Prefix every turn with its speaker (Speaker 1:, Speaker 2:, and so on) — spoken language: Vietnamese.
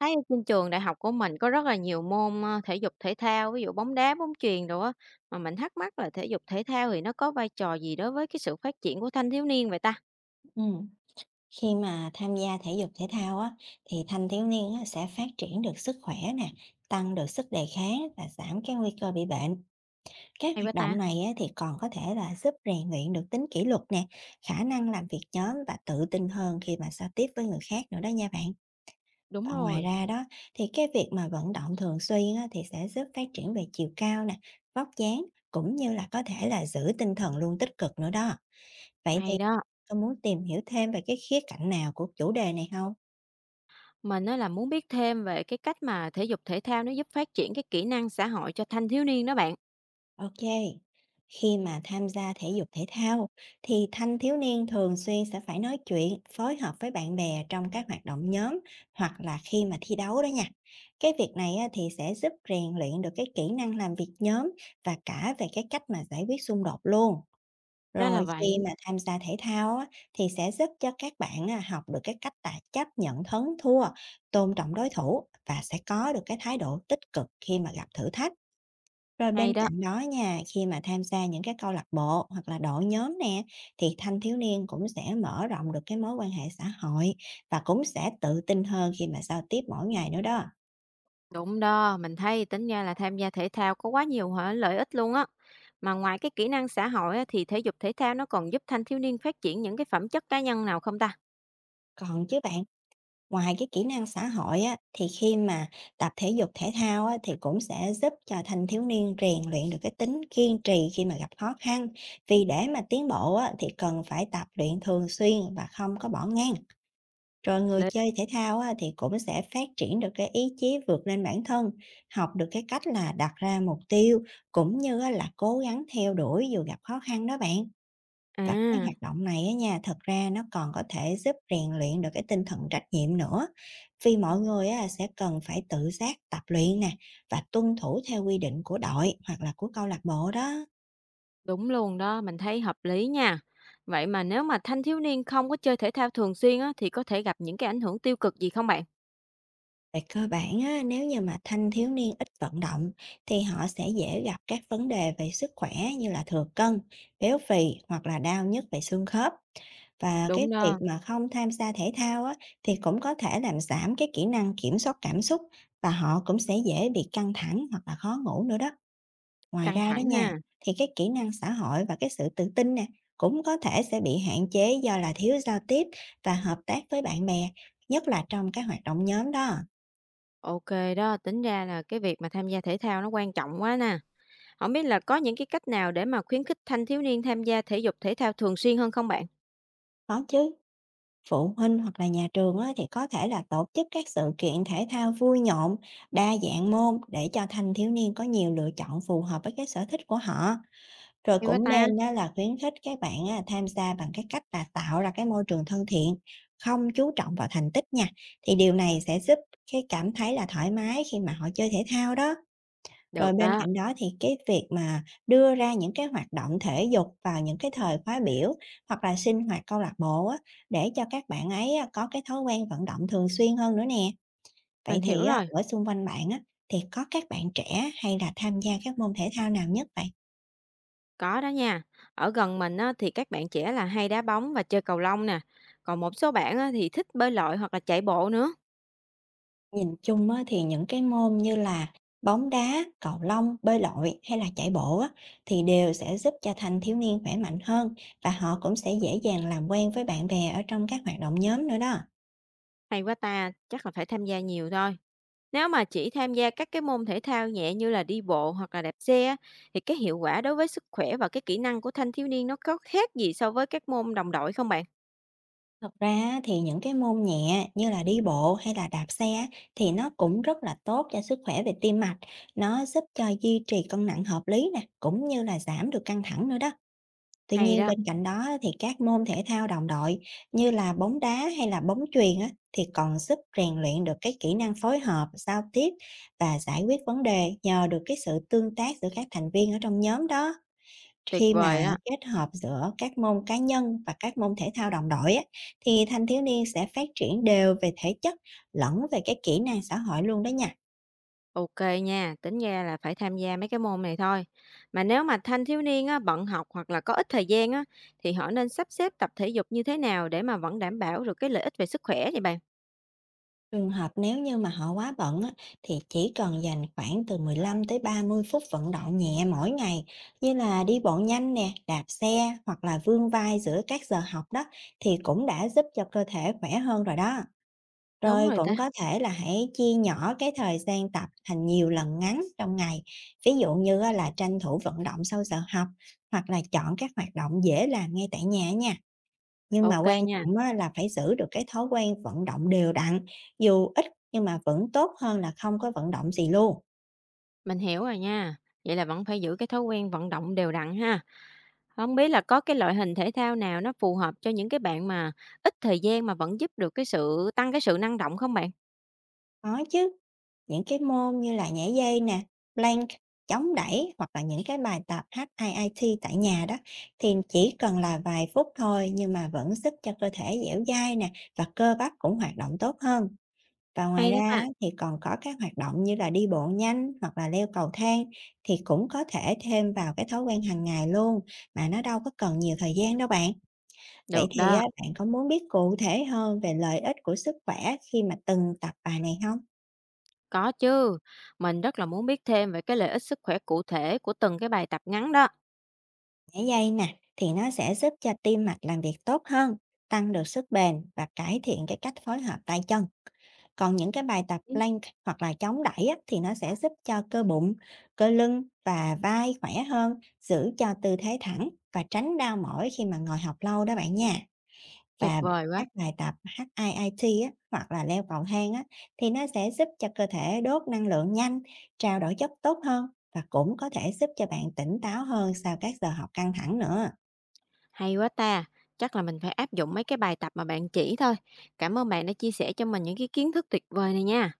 Speaker 1: Thấy ở trên trường đại học của mình có rất là nhiều môn, thể dục thể thao, ví dụ bóng đá, bóng chuyền đồ á, mà mình thắc mắc là thể dục thể thao thì nó có vai trò gì đối với cái sự phát triển của thanh thiếu niên vậy ta?
Speaker 2: Ừ. Khi mà tham gia thể dục thể thao á, thì thanh thiếu niên á, sẽ phát triển được sức khỏe nè, tăng được sức đề kháng và giảm cái nguy cơ bị bệnh. Các
Speaker 1: Hay quá
Speaker 2: hoạt
Speaker 1: ta!
Speaker 2: động này á, thì còn có thể là giúp rèn luyện được tính kỷ luật nè, khả năng làm việc nhóm và tự tin hơn khi mà giao tiếp với người khác nữa đó nha bạn.
Speaker 1: Đúng
Speaker 2: Và ngoài
Speaker 1: rồi.
Speaker 2: ra đó thì cái việc mà vận động thường xuyên á, thì sẽ giúp phát triển về chiều cao nè, vóc dáng cũng như là có thể là giữ tinh thần luôn tích cực nữa đó. Vậy thì
Speaker 1: Hay đó.
Speaker 2: tôi muốn tìm hiểu thêm về cái khía cạnh nào của chủ đề này không?
Speaker 1: Mình á là muốn biết thêm về cái cách mà thể dục thể thao nó giúp phát triển cái kỹ năng xã hội cho thanh thiếu niên đó bạn.
Speaker 2: Ok, khi mà tham gia thể dục thể thao thì thanh thiếu niên thường xuyên sẽ phải nói chuyện, phối hợp với bạn bè trong các hoạt động nhóm hoặc là khi mà thi đấu đó nha. Cái việc này á, thì sẽ giúp rèn luyện được cái kỹ năng làm việc nhóm và cả về cái cách mà giải quyết xung đột luôn.
Speaker 1: Ra là
Speaker 2: Rồi khi
Speaker 1: vậy.
Speaker 2: mà tham gia thể thao á, thì sẽ giúp cho các bạn á, học được cái cách là chấp nhận thắng thua, tôn trọng đối thủ và sẽ có được cái thái độ tích cực khi mà gặp thử thách. Rồi
Speaker 1: Hay
Speaker 2: bên
Speaker 1: đó.
Speaker 2: cạnh đó nha, khi mà tham gia những cái câu lạc bộ hoặc là đội nhóm nè, thì thanh thiếu niên cũng sẽ mở rộng được cái mối quan hệ xã hội và cũng sẽ tự tin hơn khi mà giao tiếp mỗi ngày nữa đó.
Speaker 1: Đúng đó, mình thấy tính ra là tham gia thể thao có quá nhiều hả lợi ích luôn á. Mà ngoài cái kỹ năng xã hội á, thì thể dục thể thao nó còn giúp thanh thiếu niên phát triển những cái phẩm chất cá nhân nào không ta?
Speaker 2: Còn chứ bạn. Ngoài cái kỹ năng xã hội á, thì khi mà tập thể dục thể thao á, thì cũng sẽ giúp cho thanh thiếu niên rèn luyện được cái tính kiên trì khi mà gặp khó khăn. Vì để mà tiến bộ á, thì cần phải tập luyện thường xuyên và không có bỏ ngang. Rồi người
Speaker 1: Lý
Speaker 2: chơi thể thao á, thì cũng sẽ phát triển được cái ý chí vượt lên bản thân, học được cái cách là đặt ra mục tiêu cũng như á, là cố gắng theo đuổi dù gặp khó khăn đó bạn.
Speaker 1: à,
Speaker 2: Và cái hoạt động này á nha, thật ra nó còn có thể giúp rèn luyện được cái tinh thần trách nhiệm nữa. Vì mọi người á, sẽ cần phải tự giác tập luyện nè và tuân thủ theo quy định của đội hoặc là của câu lạc bộ đó.
Speaker 1: đúng luôn đó, mình thấy hợp lý nha. Vậy mà nếu mà thanh thiếu niên không có chơi thể thao thường xuyên á, thì có thể gặp những cái ảnh hưởng tiêu cực gì không bạn?
Speaker 2: Về cơ bản á, nếu như mà thanh thiếu niên ít vận động thì họ sẽ dễ gặp các vấn đề về sức khỏe như là thừa cân, béo phì hoặc là đau nhức về xương khớp. Và cái
Speaker 1: Đúng
Speaker 2: việc
Speaker 1: đó,
Speaker 2: mà không tham gia thể thao á, thì cũng có thể làm giảm cái kỹ năng kiểm soát cảm xúc và họ cũng sẽ dễ bị căng thẳng hoặc là khó ngủ nữa đó. Ngoài
Speaker 1: căng
Speaker 2: ra đó
Speaker 1: thẳng
Speaker 2: nha,
Speaker 1: ha.
Speaker 2: thì cái kỹ năng xã hội và cái sự tự tin nè cũng có thể sẽ bị hạn chế do là thiếu giao tiếp và hợp tác với bạn bè, nhất là trong các hoạt động nhóm đó.
Speaker 1: OK đó, tính ra là cái việc mà tham gia thể thao nó quan trọng quá nè. Không biết là có những cái cách nào để mà khuyến khích thanh thiếu niên tham gia thể dục thể thao thường xuyên hơn không bạn?
Speaker 2: Có chứ, phụ huynh hoặc là nhà trường á, thì có thể là tổ chức các sự kiện thể thao vui nhộn, đa dạng môn để cho thanh thiếu niên có nhiều lựa chọn phù hợp với cái sở thích của họ. Rồi
Speaker 1: Hay quá
Speaker 2: cũng
Speaker 1: ta?
Speaker 2: nên á là khuyến khích các bạn á tham gia bằng cái cách là tạo ra cái môi trường thân thiện, không chú trọng vào thành tích nha. Thì điều này sẽ giúp cái cảm thấy là thoải mái khi mà họ chơi thể thao đó. Rồi
Speaker 1: Được
Speaker 2: bên
Speaker 1: đó,
Speaker 2: cạnh đó thì cái việc mà đưa ra những cái hoạt động thể dục vào những cái thời khóa biểu hoặc là sinh hoạt câu lạc bộ á, để cho các bạn ấy á có cái thói quen vận động thường xuyên hơn nữa nè. Vậy
Speaker 1: mình
Speaker 2: thì
Speaker 1: hiểu
Speaker 2: á,
Speaker 1: rồi,
Speaker 2: ở xung quanh bạn á, thì có các bạn trẻ hay là tham gia các môn thể thao nào nhất vậy?
Speaker 1: có đó nha. Ở gần mình á, thì các bạn trẻ là hay đá bóng và chơi cầu lông nè. Còn một số bạn á, thì thích bơi lội hoặc là chạy bộ nữa.
Speaker 2: Nhìn chung á, thì những cái môn như là bóng đá, cầu lông, bơi lội hay là chạy bộ á, thì đều sẽ giúp cho thanh thiếu niên khỏe mạnh hơn và họ cũng sẽ dễ dàng làm quen với bạn bè ở trong các hoạt động nhóm nữa đó.
Speaker 1: Hay quá ta, chắc là phải tham gia nhiều thôi. Nếu mà chỉ tham gia các cái môn thể thao nhẹ như là đi bộ hoặc là đạp xe á, thì cái hiệu quả đối với sức khỏe và cái kỹ năng của thanh thiếu niên nó có khác gì so với các môn đồng đội không bạn?
Speaker 2: Thật ra á, thì những cái môn nhẹ như là đi bộ hay là đạp xe á, thì nó cũng rất là tốt cho sức khỏe về tim mạch. Nó giúp cho duy trì cân nặng hợp lý nè, cũng như là giảm được căng thẳng nữa đó. Tuy
Speaker 1: Hay
Speaker 2: nhiên
Speaker 1: đó,
Speaker 2: bên cạnh đó á, thì các môn thể thao đồng đội như là bóng đá hay là bóng chuyền á, thì còn giúp rèn luyện được cái kỹ năng phối hợp, giao tiếp và giải quyết vấn đề nhờ được cái sự tương tác giữa các thành viên ở trong nhóm đó.
Speaker 1: tuyệt
Speaker 2: Khi mà
Speaker 1: vời đó.
Speaker 2: kết hợp giữa các môn cá nhân và các môn thể thao đồng đội á, thì thanh thiếu niên sẽ phát triển đều về thể chất lẫn về cái kỹ năng xã hội luôn đó nha.
Speaker 1: Ok nha, tính ra là phải tham gia mấy cái môn này thôi. Mà nếu mà thanh thiếu niên á, bận học hoặc là có ít thời gian á, thì họ nên sắp xếp tập thể dục như thế nào để mà vẫn đảm bảo được cái lợi ích về sức khỏe vậy bạn?
Speaker 2: Trường hợp nếu như mà họ quá bận á, thì chỉ cần dành khoảng từ 15 tới 30 phút vận động nhẹ mỗi ngày như là đi bộ nhanh nè, đạp xe hoặc là vươn vai giữa các giờ học đó thì cũng đã giúp cho cơ thể khỏe hơn rồi đó.
Speaker 1: Đúng
Speaker 2: Rồi
Speaker 1: rồi ta.
Speaker 2: cũng có thể là hãy chia nhỏ cái thời gian tập thành nhiều lần ngắn trong ngày. Ví dụ như á là tranh thủ vận động sau giờ học hoặc là chọn các hoạt động dễ làm ngay tại nhà nha. Nhưng mà
Speaker 1: Ok
Speaker 2: quan
Speaker 1: nha.
Speaker 2: trọng á là phải giữ được cái thói quen vận động đều đặn, dù ít nhưng mà vẫn tốt hơn là không có vận động gì luôn.
Speaker 1: Mình hiểu rồi nha. Vậy là vẫn phải giữ cái thói quen vận động đều đặn ha. Không biết là có cái loại hình thể thao nào nó phù hợp cho những cái bạn mà ít thời gian mà vẫn giúp được cái sự tăng cái sự năng động không bạn?
Speaker 2: Có chứ, những cái môn như là nhảy dây nè, plank, chống đẩy hoặc là những cái bài tập HIIT tại nhà đó thì chỉ cần là vài phút thôi nhưng mà vẫn giúp cho cơ thể dẻo dai nè và cơ bắp cũng hoạt động tốt hơn. Và ngoài
Speaker 1: Hay
Speaker 2: ra
Speaker 1: đó ta.
Speaker 2: á, thì còn có các hoạt động như là đi bộ nhanh hoặc là leo cầu thang thì cũng có thể thêm vào cái thói quen hàng ngày luôn, mà nó đâu có cần nhiều thời gian đâu bạn. Vậy
Speaker 1: Được
Speaker 2: thì
Speaker 1: đó,
Speaker 2: á, bạn có muốn biết cụ thể hơn về lợi ích của sức khỏe khi mà từng tập bài này không?
Speaker 1: có chứ. Mình rất là muốn biết thêm về cái lợi ích sức khỏe cụ thể của từng cái bài tập ngắn đó.
Speaker 2: Nhảy dây nè thì nó sẽ giúp cho tim mạch làm việc tốt hơn, tăng được sức bền và cải thiện cái cách phối hợp tay chân. Còn những cái bài tập
Speaker 1: Ừ,
Speaker 2: plank hoặc là chống đẩy á, thì nó sẽ giúp cho cơ bụng, cơ lưng và vai khỏe hơn, giữ cho tư thế thẳng và tránh đau mỏi khi mà ngồi học lâu đó bạn nha.
Speaker 1: tuyệt
Speaker 2: Và
Speaker 1: vời quá,
Speaker 2: các bài tập HIIT á, hoặc là leo cầu thang á, thì nó sẽ giúp cho cơ thể đốt năng lượng nhanh, trao đổi chất tốt hơn và cũng có thể giúp cho bạn tỉnh táo hơn sau các giờ học căng thẳng nữa.
Speaker 1: hay quá ta. Chắc là mình phải áp dụng mấy cái bài tập mà bạn chỉ thôi. Cảm ơn bạn đã chia sẻ cho mình những cái kiến thức tuyệt vời này nha.